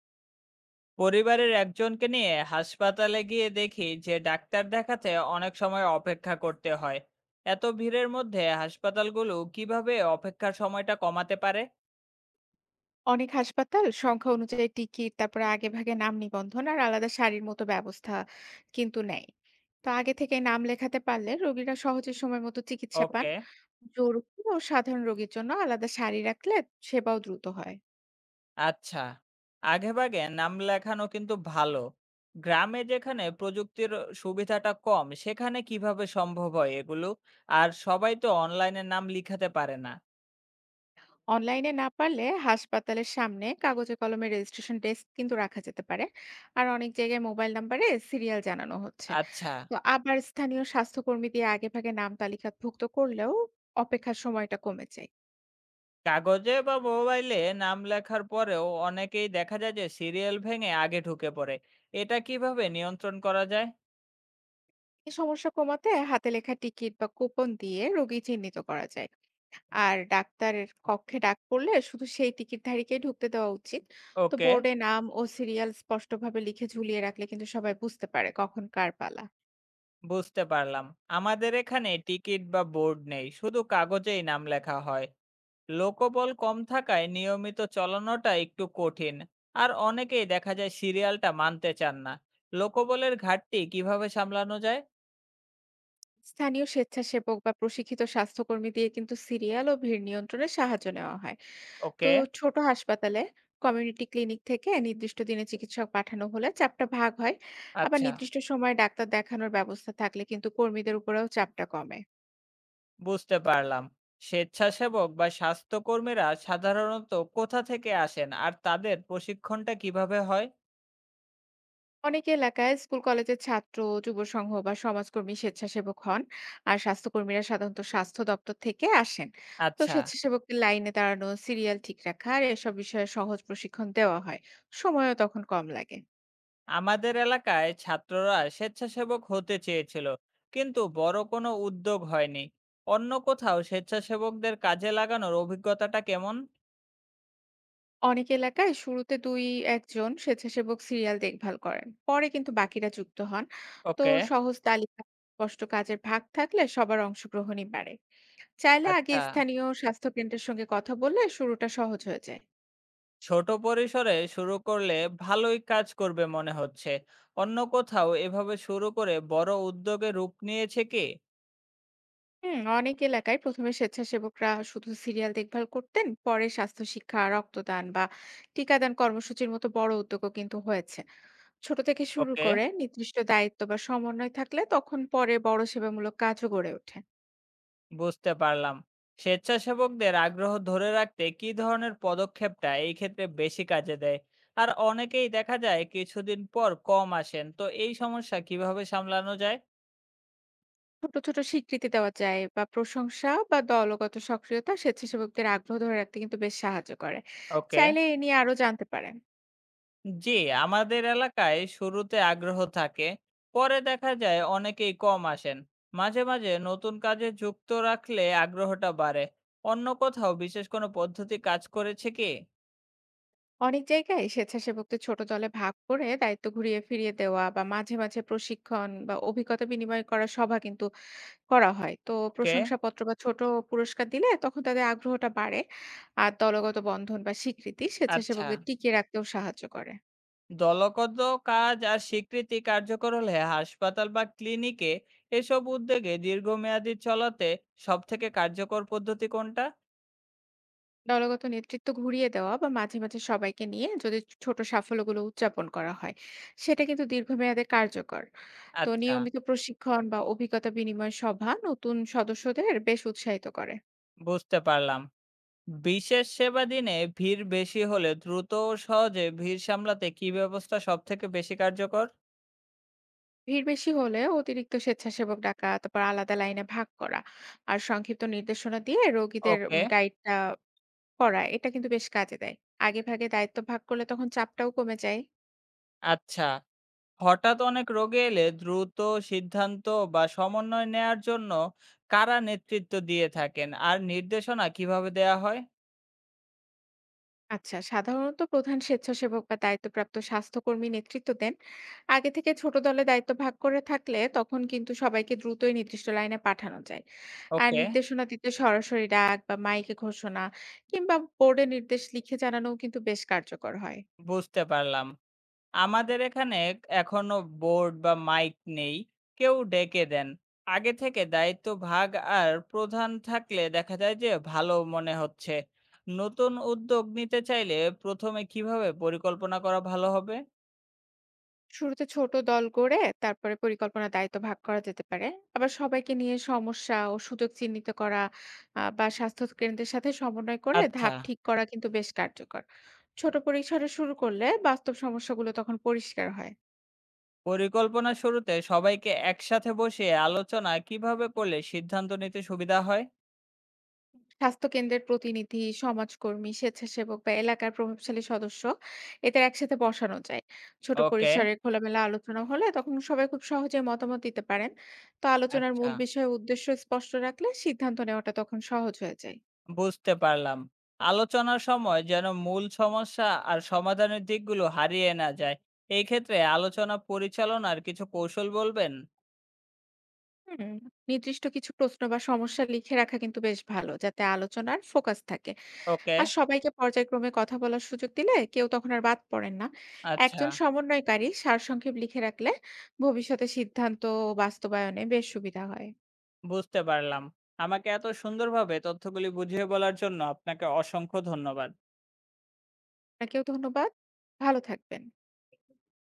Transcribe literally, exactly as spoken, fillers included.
পরিবারের একজনকে নিয়ে হাসপাতালে গিয়ে দেখি যে ডাক্তার দেখাতে অনেক সময় অপেক্ষা করতে হয়। এত ভিড়ের মধ্যে হাসপাতালগুলো কিভাবে অপেক্ষার সময়টা কমাতে পারে? অনেক হাসপাতাল সংখ্যা অনুযায়ী টিকিট তারপরে আগে ভাগে নাম নিবন্ধন আর আলাদা সারির মতো ব্যবস্থা কিন্তু নেয়। তো আগে থেকে নাম লেখাতে পারলে রোগীরা সহজে সময় মতো চিকিৎসা পান। ওকে। জরুরি ও সাধারণ রোগীর জন্য আলাদা সারি রাখলে সেবাও দ্রুত হয়। আচ্ছা, আগেভাগে নাম লেখানো কিন্তু ভালো। গ্রামে যেখানে প্রযুক্তির সুবিধাটা কম সেখানে কিভাবে সম্ভব হয় এগুলো? আর সবাই তো অনলাইনে নাম লিখাতে পারে না। অনলাইনে না পারলে হাসপাতালের সামনে কাগজে কলমে রেজিস্ট্রেশন ডেস্ক কিন্তু রাখা যেতে পারে। আর অনেক জায়গায় মোবাইল নাম্বারে সিরিয়াল জানানো হচ্ছে। আচ্ছা। তো আবার স্থানীয় স্বাস্থ্যকর্মী দিয়ে আগে ভাগে নাম তালিকাভুক্ত করলেও অপেক্ষার সময়টা কমেছে। কাগজে বা মোবাইলে নাম লেখার পরেও অনেকেই দেখা যায় যে সিরিয়াল ভেঙে আগে ঢুকে পড়ে। এটা কিভাবে নিয়ন্ত্রণ করা যায়? এই সমস্যা কমাতে হাতে লেখা টিকিট বা কুপন দিয়ে রোগী চিহ্নিত করা যায়। আর ডাক্তারের কক্ষে ডাক পড়লে শুধু সেই টিকিটধারীকেই ঢুকতে দেওয়া উচিত। তো ওকে। বোর্ডে নাম ও সিরিয়াল স্পষ্টভাবে লিখে ঝুলিয়ে রাখলে কিন্তু সবাই বুঝতে পারে কখন কার পালা। বুঝতে পারলাম। আমাদের এখানে টিকিট বা বোর্ড নেই, শুধু কাগজেই নাম লেখা হয়। লোকবল কম থাকায় নিয়মিত চলানোটা একটু কঠিন। আর অনেকেই দেখা যায় সিরিয়ালটা মানতে চান না। লোকবলের ঘাটতি কিভাবে সামলানো যায়? স্থানীয় স্বেচ্ছাসেবক বা প্রশিক্ষিত স্বাস্থ্যকর্মী দিয়ে কিন্তু সিরিয়াল ও ভিড় নিয়ন্ত্রণে সাহায্য নেওয়া হয়। তো ওকে। ছোট হাসপাতালে কমিউনিটি ক্লিনিক থেকে নির্দিষ্ট দিনে চিকিৎসক পাঠানো হলে চাপটা ভাগ হয়। আবার আচ্ছা। নির্দিষ্ট সময়ে ডাক্তার দেখানোর ব্যবস্থা থাকলে কিন্তু কর্মীদের উপরেও চাপটা কমে। বুঝতে পারলাম। স্বেচ্ছাসেবক বা স্বাস্থ্যকর্মীরা সাধারণত কোথা থেকে আসেন আর তাদের প্রশিক্ষণটা কিভাবে হয়? অনেক এলাকায় স্কুল কলেজের ছাত্র যুব সংঘ বা সমাজকর্মী স্বেচ্ছাসেবক হন। আর স্বাস্থ্যকর্মীরা সাধারণত স্বাস্থ্য দপ্তর থেকে আসেন। তো আচ্ছা। স্বেচ্ছাসেবকের লাইনে দাঁড়ানো সিরিয়াল ঠিক রাখা আর এসব বিষয়ে সহজ প্রশিক্ষণ দেওয়া হয়। সময়ও তখন কম লাগে। আমাদের এলাকায় ছাত্ররা স্বেচ্ছাসেবক হতে চেয়েছিল, কিন্তু বড় কোনো উদ্যোগ হয়নি। অন্য কোথাও স্বেচ্ছাসেবকদের কাজে লাগানোর অভিজ্ঞতাটা কেমন? অনেক এলাকায় শুরুতে দুই একজন স্বেচ্ছাসেবক সিরিয়াল দেখভাল করেন পরে কিন্তু বাকিরা যুক্ত হন। তো ওকে। সহজ তালিকা স্পষ্ট কাজের ভাগ থাকলে সবার অংশগ্রহণই বাড়ে। চাইলে আগে আচ্ছা, স্থানীয় স্বাস্থ্যকেন্দ্রের সঙ্গে কথা বললে শুরুটা সহজ হয়ে যায়। ছোট পরিসরে শুরু করলে ভালোই কাজ করবে মনে হচ্ছে। অন্য কোথাও এভাবে শুরু করে বড় উদ্যোগে রূপ নিয়েছে কি? হুম, অনেক এলাকায় প্রথমে স্বেচ্ছাসেবকরা শুধু সিরিয়াল দেখভাল করতেন পরে স্বাস্থ্য শিক্ষা রক্তদান বা টিকাদান কর্মসূচির মতো বড় উদ্যোগও কিন্তু হয়েছে। ছোট থেকে শুরু ওকে। করে নির্দিষ্ট দায়িত্ব বা সমন্বয় থাকলে তখন পরে বড় সেবামূলক কাজও গড়ে ওঠে। বুঝতে পারলাম। স্বেচ্ছাসেবকদের আগ্রহ ধরে রাখতে কি ধরনের পদক্ষেপটা এই ক্ষেত্রে বেশি কাজে দেয়? আর অনেকেই দেখা যায় কিছুদিন পর কম আসেন, তো এই সমস্যা কিভাবে সামলানো যায়? ছোট ছোট স্বীকৃতি দেওয়া যায় বা প্রশংসা বা দলগত সক্রিয়তা স্বেচ্ছাসেবকদের আগ্রহ ধরে রাখতে কিন্তু বেশ সাহায্য করে। ওকে। চাইলে এ নিয়ে আরো জানতে পারেন। জি। আমাদের এলাকায় শুরুতে আগ্রহ থাকে, পরে দেখা যায় অনেকেই কম আসেন। মাঝে মাঝে নতুন কাজে যুক্ত রাখলে আগ্রহটা বাড়ে। অন্য কোথাও বিশেষ কোনো পদ্ধতি কাজ করেছে কি? অনেক জায়গায় স্বেচ্ছাসেবকদের ছোট দলে ভাগ করে দায়িত্ব ঘুরিয়ে ফিরিয়ে দেওয়া বা মাঝে মাঝে প্রশিক্ষণ বা অভিজ্ঞতা বিনিময় করা সভা কিন্তু করা হয়। তো ওকে। প্রশংসাপত্র বা ছোট পুরস্কার দিলে তখন তাদের আগ্রহটা বাড়ে। আর দলগত বন্ধন বা স্বীকৃতি আচ্ছা, স্বেচ্ছাসেবকদের টিকিয়ে রাখতেও সাহায্য করে। দলগত কাজ আর স্বীকৃতি কার্যকর হলে হাসপাতাল বা ক্লিনিকে এসব উদ্যোগে দীর্ঘমেয়াদী চলাতে সবথেকে কার্যকর পদ্ধতি কোনটা? দলগত নেতৃত্ব ঘুরিয়ে দেওয়া বা মাঝে মাঝে সবাইকে নিয়ে যদি ছোট সাফল্যগুলো উদযাপন করা হয় সেটা কিন্তু দীর্ঘমেয়াদে কার্যকর। তো আচ্ছা। নিয়মিত প্রশিক্ষণ বা অভিজ্ঞতা বিনিময় সভা নতুন সদস্যদের বেশ উৎসাহিত করে। বুঝতে পারলাম। বিশেষ সেবা দিনে ভিড় বেশি হলে দ্রুত ও সহজে ভিড় সামলাতে কি ব্যবস্থা সব থেকে বেশি কার্যকর? ভিড় বেশি হলে অতিরিক্ত স্বেচ্ছাসেবক ডাকা তারপর আলাদা লাইনে ভাগ করা আর সংক্ষিপ্ত নির্দেশনা দিয়ে রোগীদের ওকে। উম, গাইডটা করা এটা কিন্তু বেশ কাজে দেয়। আগে ভাগে দায়িত্ব ভাগ করলে তখন চাপটাও কমে যায়। আচ্ছা, হঠাৎ অনেক রোগী এলে দ্রুত সিদ্ধান্ত বা সমন্বয় নেয়ার জন্য কারা নেতৃত্ব দিয়ে থাকেন আর নির্দেশনা কিভাবে দেয়া হয়? আচ্ছা সাধারণত প্রধান স্বেচ্ছাসেবক বা দায়িত্বপ্রাপ্ত স্বাস্থ্যকর্মী নেতৃত্ব দেন। আগে থেকে ছোট দলে দায়িত্ব ভাগ করে থাকলে তখন কিন্তু সবাইকে দ্রুতই নির্দিষ্ট লাইনে পাঠানো যায়। আর ওকে। নির্দেশনা দিতে সরাসরি ডাক বা মাইকে ঘোষণা কিংবা বোর্ডে নির্দেশ লিখে জানানোও কিন্তু বেশ কার্যকর হয়। বুঝতে পারলাম। আমাদের এখানে এখনো বোর্ড বা মাইক নেই। কেউ ডেকে দেন। আগে থেকে দায়িত্ব ভাগ আর প্রধান থাকলে দেখা যায় যে ভালো মনে হচ্ছে। নতুন উদ্যোগ নিতে চাইলে প্রথমে কিভাবে পরিকল্পনা করা ভালো হবে? শুরুতে ছোট দল গড়ে তারপরে পরিকল্পনার দায়িত্ব ভাগ করা যেতে পারে। আবার সবাইকে নিয়ে সমস্যা ও সুযোগ চিহ্নিত করা আহ, বা স্বাস্থ্য কেন্দ্রের সাথে সমন্বয় করে আচ্ছা। ধাপ ঠিক করা কিন্তু বেশ কার্যকর। ছোট পরিসরে শুরু করলে বাস্তব সমস্যাগুলো তখন পরিষ্কার হয়। পরিকল্পনা শুরুতে সবাইকে একসাথে বসিয়ে আলোচনা কিভাবে করলে সিদ্ধান্ত নিতে সুবিধা হয়? স্বাস্থ্যকেন্দ্রের প্রতিনিধি, সমাজকর্মী, স্বেচ্ছাসেবক বা এলাকার প্রভাবশালী সদস্য এদের একসাথে বসানো যায়। ছোট ওকে। পরিসরে খোলামেলা আলোচনা হলে তখন সবাই খুব সহজে মতামত দিতে পারেন। তো আলোচনার আচ্ছা। মূল বিষয় উদ্দেশ্য স্পষ্ট রাখলে সিদ্ধান্ত নেওয়াটা তখন সহজ হয়ে যায়। বুঝতে পারলাম। আলোচনার সময় যেন মূল সমস্যা আর সমাধানের দিকগুলো হারিয়ে না যায়। এই ক্ষেত্রে আলোচনা পরিচালনার কিছু কৌশল বলবেন? হুম, নির্দিষ্ট কিছু প্রশ্ন বা সমস্যা লিখে রাখা কিন্তু বেশ ভালো, যাতে আলোচনার ফোকাস থাকে। ওকে। আর সবাইকে পর্যায়ক্রমে কথা বলার সুযোগ দিলে কেউ তখন আর বাদ পড়েন না। আচ্ছা। একজন সমন্বয়কারী সারসংক্ষেপ লিখে রাখলে ভবিষ্যতে সিদ্ধান্ত বাস্তবায়নে বেশ সুবিধা হয়। বুঝতে পারলাম। আমাকে এত সুন্দরভাবে তথ্যগুলি বুঝিয়ে বলার জন্য আপনাকে অসংখ্য ধন্যবাদ। আপনাকেও ধন্যবাদ। ভালো থাকবেন।